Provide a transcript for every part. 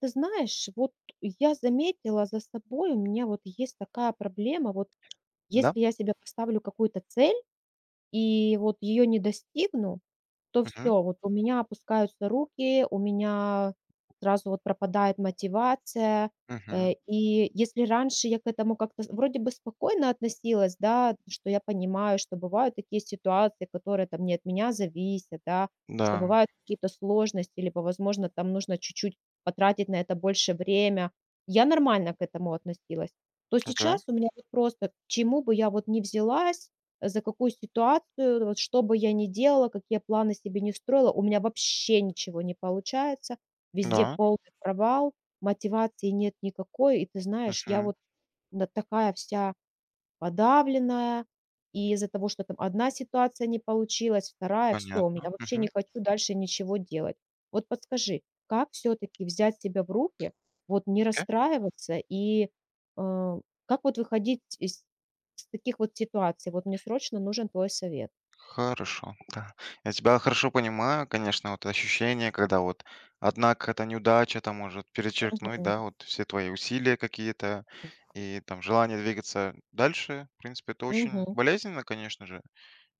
Ты знаешь, вот я заметила за собой, у меня вот есть такая проблема, вот Да? если я себе поставлю какую-то цель и вот ее не достигну, то Мгм, все вот у меня опускаются руки, у меня сразу вот пропадает мотивация. мгм. И если раньше я к этому как-то с вроде бы спокойно относилась, да, что я понимаю, что бывают такие ситуации, которые там не от меня зависят, да, что Да, бывают какие-то сложности, либо, возможно, там нужно чуть-чуть потратить на это больше время. Я нормально к этому относилась. То окей, сейчас у меня вот просто к чему бы я вот не взялась, за какую ситуацию, вот что бы я ни делала, какие планы себе не строила, у меня вообще ничего не получается. Везде да, полный провал, мотивации нет никакой. И ты знаешь, я мгм. вот такая вся подавленная, и из-за того, что там одна ситуация не получилась, вторая все, Понятно. я вообще Мгм. не хочу дальше ничего делать. Вот подскажи, как все таки взять себя в руки, вот не Окей. расстраиваться э, как вот выходить из таких вот ситуаций? Вот мне срочно нужен твой совет. Хорошо, да. Я тебя хорошо понимаю, конечно, вот ощущение, когда вот одна какая-то неудача там может перечеркнуть, Мгм, да, вот все твои усилия какие-то и там желание двигаться дальше. В принципе, это очень мгм. болезненно, конечно же.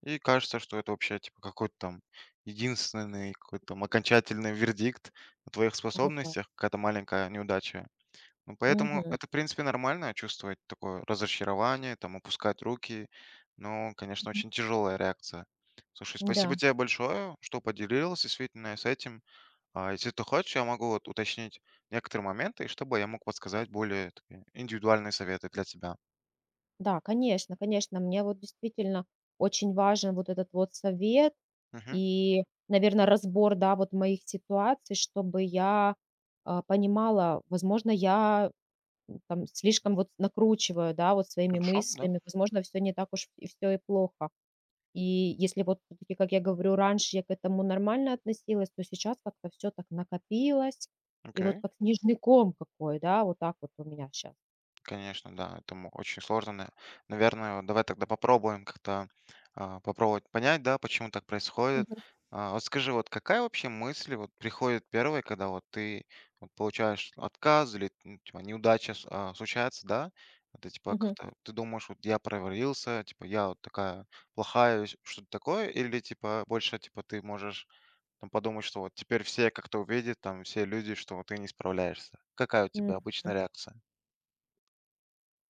И кажется, что это вообще типа какой-то там единственный, какой-то там окончательный вердикт о твоих Вот так. способностях, какая-то маленькая неудача. Ну, поэтому Мгм. это, в принципе, нормально чувствовать такое разочарование, там, опускать руки. Но, конечно, Мгм. очень тяжелая реакция. Слушай, Да, спасибо тебе большое, что поделилась действительно с этим. А если ты хочешь, я могу вот уточнить некоторые моменты, чтобы я мог подсказать более такие индивидуальные советы для тебя. да, конечно, конечно, мне вот действительно очень важен вот этот вот совет. Мгм. И, наверное, разбор, да, вот моих ситуаций, чтобы понимала, возможно, там слишком вот накручиваю, да, вот своими Хорошо, да? мыслями, возможно, все не так уж и всё и плохо. И если вот всё-таки, как я говорю, раньше я к этому нормально относилась, то сейчас как-то все так накопилось, и вот Окей. как снежный ком какой, да, вот так вот у меня сейчас. Конечно, да, этому очень сложно. Наверное, вот давай тогда попробуем как-то попробовать понять, да, почему так происходит. А, вот скажи, вот какая вообще мысль вот приходит первой, когда вот ты вот, получаешь отказ или ну, типа, неудача случается, да? Это типа как-то вот ты думаешь, вот я провалился, типа я вот такая плохая, что-то такое, или типа больше типа ты можешь там подумать, что вот теперь все как-то увидят, там все люди, что вот ты не справляешься. Какая у тебя обычная реакция?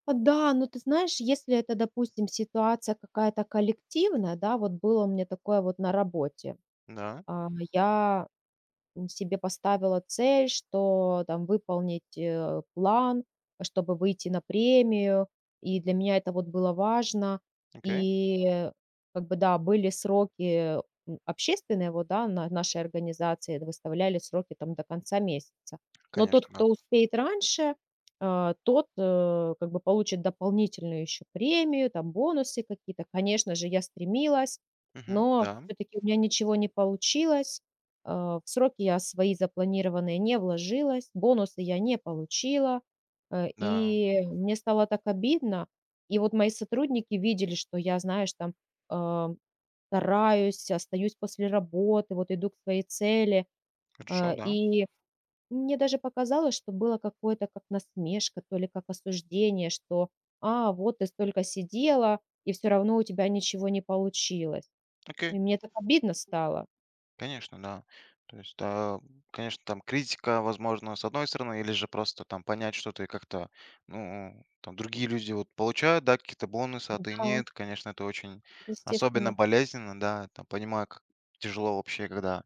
Да, но ты знаешь, если это, допустим, ситуация какая-то коллективная, да, вот было у меня такое вот на работе. Да, Я себе поставила цель, что там выполнить, план, чтобы выйти на премию. И для меня это вот было важно. окей. И как бы, да, были сроки общественные, вот, да, на нашей организации выставляли сроки там до конца месяца. Но Конечно, тот, да. кто успеет раньше, тот как бы получит дополнительную еще премию, там бонусы какие-то. Конечно же, я стремилась, Мгм. но Да, все-таки у меня ничего не получилось. В сроки я свои запланированные не вложилась, бонусы я не получила, да, и мне стало так обидно. И вот мои сотрудники видели, что я, знаешь, а, стараюсь, остаюсь после работы, вот иду к своей цели. хорошо, А, да. и мне даже показалось, что было какое-то как насмешка, то ли как осуждение, что «А, вот ты столько сидела, и все равно у тебя ничего не получилось». Окей, И мне так обидно стало. конечно, да. То есть, да, конечно, там критика, возможно, с одной стороны, или же просто там понять, что ты как-то, ну, там другие люди вот получают, да, какие-то бонусы, а ты Да, нет. Конечно, это очень особенно естественно. болезненно, да, там понимаю, как тяжело вообще, когда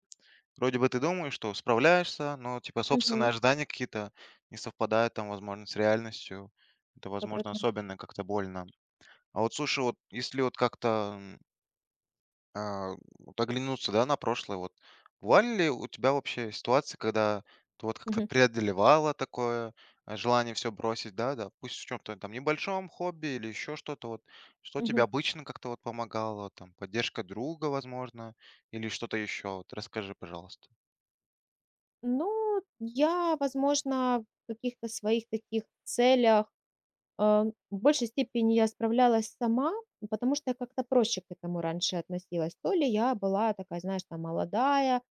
вроде бы ты думаешь, что справляешься, но, типа, собственные ожидания какие-то не совпадают, там, возможно, с реальностью. Это, 1 возможно, особенно как-то больно. А вот слушай, вот если вот как-то вот оглянуться, да, на прошлое. Вот бывали ли у тебя вообще ситуации, когда ты вот как-то Мгм, преодолевала такое желание все бросить, да, да, пусть в чем-то там небольшом хобби или еще что-то, вот, что тебе мгм. обычно как-то вот помогало, там, поддержка друга, возможно, или что-то еще, вот, расскажи, пожалуйста. Ну, я, возможно, в каких-то своих таких целях, в большей степени я справлялась сама, потому что я как-то проще к этому раньше относилась. То ли я была такая, знаешь, там молодая,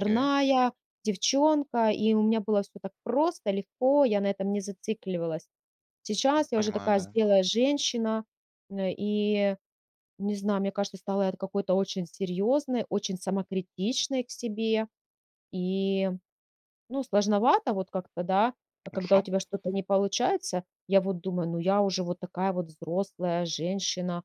Окей, девчонка, и у меня было все так просто, легко, я на этом не зацикливалась. Сейчас я уже понимаю, такая да. зрелая женщина, и не знаю, мне кажется, стала я какой-то очень серьезной, очень самокритичной к себе. И, ну, сложновато вот как-то, да, а когда Хорошо? у тебя что-то не получается. Я вот думаю: "Ну, я уже вот такая вот взрослая женщина,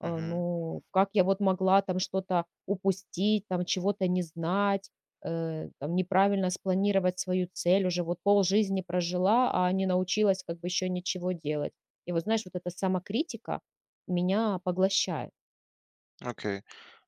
а, Угу. ну, как я вот могла там что-то упустить, там чего-то не знать, там неправильно спланировать свою цель, уже вот полжизни прожила, а не научилась как бы еще ничего делать". И вот знаешь, вот эта самокритика меня поглощает. Окей.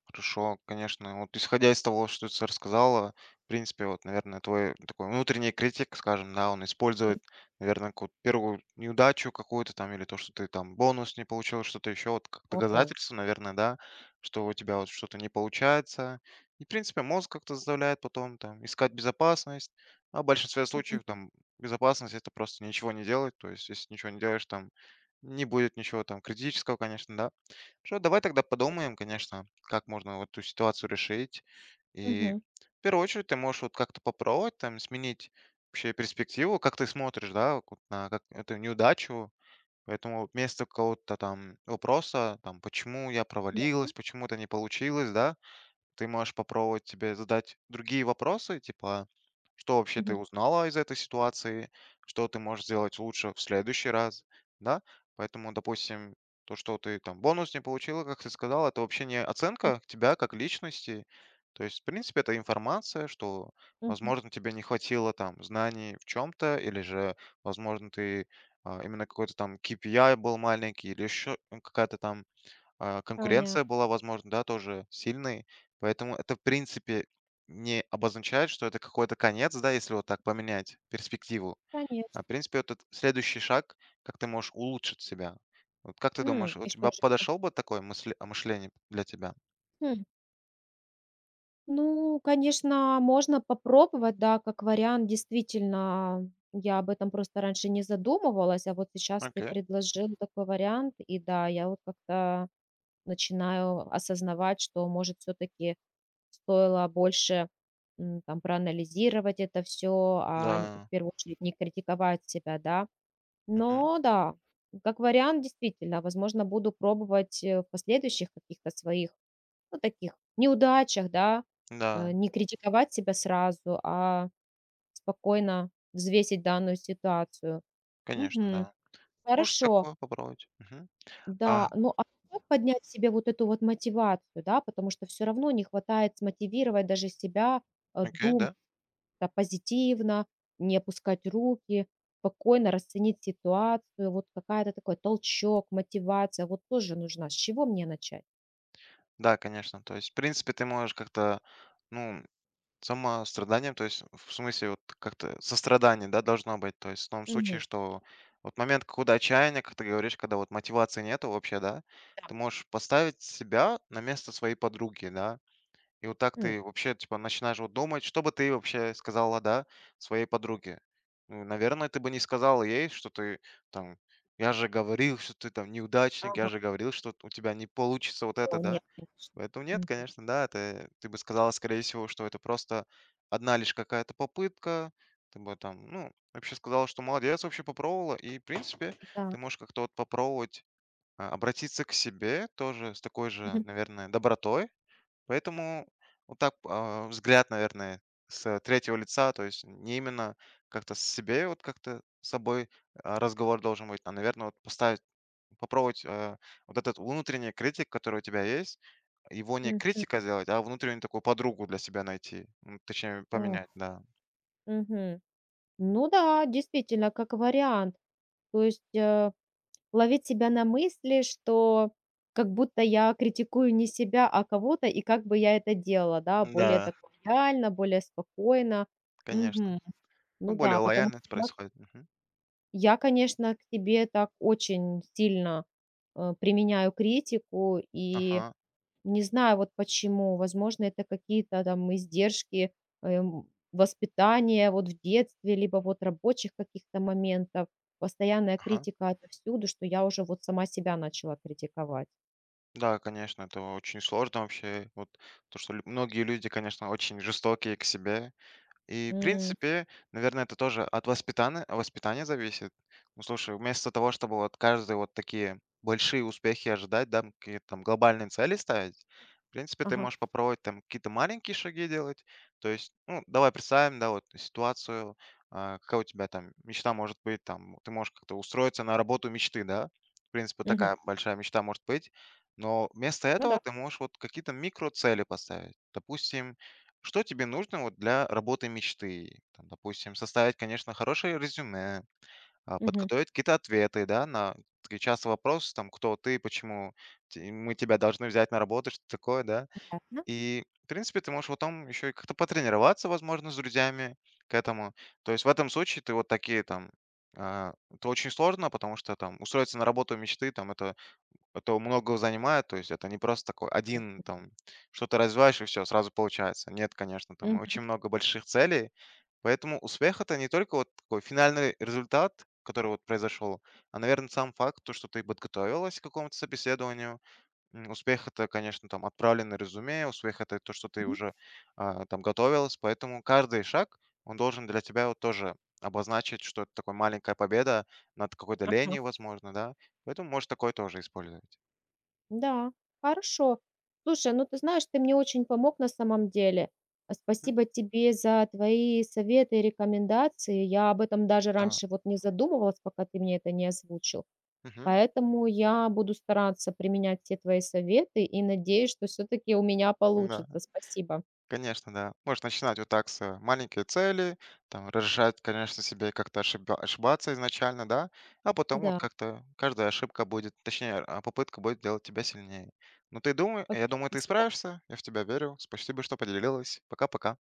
Хорошо, конечно. Вот исходя из того, что ты рассказала, в принципе, вот, наверное, твой такой внутренний критик, скажем, да, он использует, наверное, какую-то первую неудачу какую-то там или то, что ты там бонус не получил, что-то еще, вот как О да. доказательство, наверное, да, что у тебя вот что-то не получается. И, в принципе, мозг как-то заставляет потом там искать безопасность. А в большинстве Мгм. случаев там безопасность это просто ничего не делать. То есть, если ничего не делаешь, там не будет ничего там критического, конечно, да. Хорошо, давай тогда подумаем, конечно, как можно вот эту ситуацию решить. И Мгм. в первую очередь ты можешь вот как-то попробовать там сменить вообще перспективу, как ты смотришь, да, вот на как эту неудачу. Поэтому вот вместо какого-то там вопроса, там, почему я Да. провалилась, почему это не получилось, да, ты можешь попробовать тебе задать другие вопросы, типа, что вообще ты Мгм. узнала из этой ситуации, что ты можешь сделать лучше в следующий раз, да? Поэтому, допустим, то, что ты там бонус не получила, как ты сказал, это вообще не Да. оценка тебя как личности. То есть, в принципе, это информация, что, Мгм. возможно, тебе не хватило там знаний в чем-то, или же, возможно, ты именно какой-то там KPI был маленький, или еще какая-то там Понятно. конкуренция была, возможно, да, тоже сильной. Поэтому это, в принципе, не обозначает, что это какой-то конец, да, если вот так поменять перспективу. Конеч А, в принципе, вот этот следующий шаг, как ты можешь улучшить себя. Вот как ты М. думаешь, у И что тебя же это? подошел бы такое мышление для тебя? Хм. Ну, конечно, можно попробовать, да, как вариант. Действительно, я об этом просто раньше не задумывалась, а вот сейчас ты Окей, предложил такой вариант. И да, я вот как-то начинаю осознавать, что, может, все-таки стоило больше проанализировать это все, в да, первую очередь не критиковать себя, да. мгм, Но да, как вариант, действительно, возможно, буду пробовать в последующих каких-то своих Ну, таких неудачах, да, да, не критиковать себя сразу, а спокойно взвесить данную ситуацию. конечно, Мгм. да. Можешь Хорошо, такое попробовать. Мгм. А, да. Ну, а как поднять себе вот эту вот мотивацию, да, потому что все равно не хватает смотивировать даже себя, окей, думать, да. да, позитивно, не опускать руки, спокойно расценить ситуацию. Вот какая-то такой толчок, мотивация вот тоже нужна. С чего мне начать? Да, конечно. То есть, в принципе, ты можешь как-то, ну, самостраданием, то есть, в смысле, вот как-то сострадание, да, должно быть. То есть в том случае, Мгм. что вот момент какого-то отчаяния, как ты говоришь, когда вот мотивации нету вообще, да, Да. ты можешь поставить себя на место своей подруги, да. И вот так М. ты вообще, типа, начинаешь вот думать, что бы ты вообще сказала, да, своей подруге. Ну, наверное, ты бы не сказала ей, что ты там, я же говорил, что ты там неудачник, я Ага. же говорил, что у тебя не получится вот это, О, нет, да. конечно. Поэтому нет, Мгм. конечно, да, это ты бы сказала, скорее всего, что это просто одна лишь какая-то попытка. Ты бы там, ну, вообще сказала, что молодец, вообще попробовала. И, в принципе, Да. ты можешь как-то вот попробовать обратиться к себе тоже с такой же, Мгм. наверное, добротой. Поэтому вот так взгляд, наверное, с третьего лица, то есть не именно как-то с себе, вот как-то с собой разговор должен быть, наверное, вот поставить, попробовать вот этот внутренний критик, который у тебя есть, его не Мгм. критика сделать, а внутреннюю такую подругу для себя найти. Точнее, О. поменять, да. Мгм. Ну да, действительно, как вариант. То есть, ловить себя на мысли, что как будто я критикую не себя, а кого-то, и как бы я это делала, да, более Да, так реально, более спокойно. конечно. Мгм. Ну, Ну более да, потому лояльно это что я, происходит. Мгм. я, конечно, к себе так очень сильно, применяю критику и Ага, Не знаю вот почему. Возможно, это какие-то там издержки воспитания вот в детстве, либо вот рабочих каких-то моментов. Постоянная ага. критика отовсюду, что я уже вот сама себя начала критиковать. Да, конечно, это очень сложно вообще. Вот то, что многие люди, конечно, очень жестокие к себе. И, в М, принципе, наверное, это тоже от воспитания зависит. Ну, слушай, вместо того, чтобы вот каждый вот такие большие успехи ожидать, да, какие-то там глобальные цели ставить, в принципе, ты ага, можешь попробовать там какие-то маленькие шаги делать. То есть, ну, давай представим, да, вот ситуацию, какая у тебя там мечта может быть, там, ты можешь как-то устроиться на работу мечты, да, в принципе, вот мгм. такая большая мечта может быть, но вместо Ну этого да. ты можешь вот какие-то микроцели поставить. Допустим, что тебе нужно вот для работы мечты? Там, допустим, составить, конечно, хорошее резюме, Мгм. подготовить какие-то ответы, да, на такие часто вопросы, там, кто ты, почему мы тебя должны взять на работу, что такое, да. Ясно. И, в принципе, ты можешь потом еще и как-то потренироваться, возможно, с друзьями к этому. То есть в этом случае ты вот такие там это очень сложно, потому что там устроиться на работу мечты, там это много занимает, то есть это не просто такой один там что-то развиваешь и все сразу получается. Нет, конечно, там Мгм, очень много больших целей, поэтому успех- это не только вот такой финальный результат, который вот произошел, наверное сам факт, то, что ты подготовилась к какому-то собеседованию. Успех- это, конечно, там отправленное резюме, успех- это то, что ты мгм. уже, там готовилась, поэтому каждый шаг, он должен для тебя вот тоже обозначить, что это такой маленькая победа над какой-то Ага. ленью, возможно, да. Поэтому можешь такое тоже использовать. Да, хорошо. Слушай, ну ты знаешь, ты мне очень помог на самом деле. Спасибо тебе за твои советы и рекомендации. Я об этом даже Да. раньше вот не задумывалась, пока ты мне это не озвучил. Мгм. Поэтому я буду стараться применять все твои советы и надеюсь, что все-таки у меня Да, получится. Спасибо. конечно, да. Можешь начинать вот так с маленькой цели, там, разрешать, конечно, себе как-то ошибаться изначально, да, а потом вот Да, как-то каждая ошибка будет, точнее, попытка будет делать тебя сильнее. Но ты думай, я окей, думаю, ты спасибо. справишься, я в тебя верю. Спасибо, что поделилась. Пока-пока.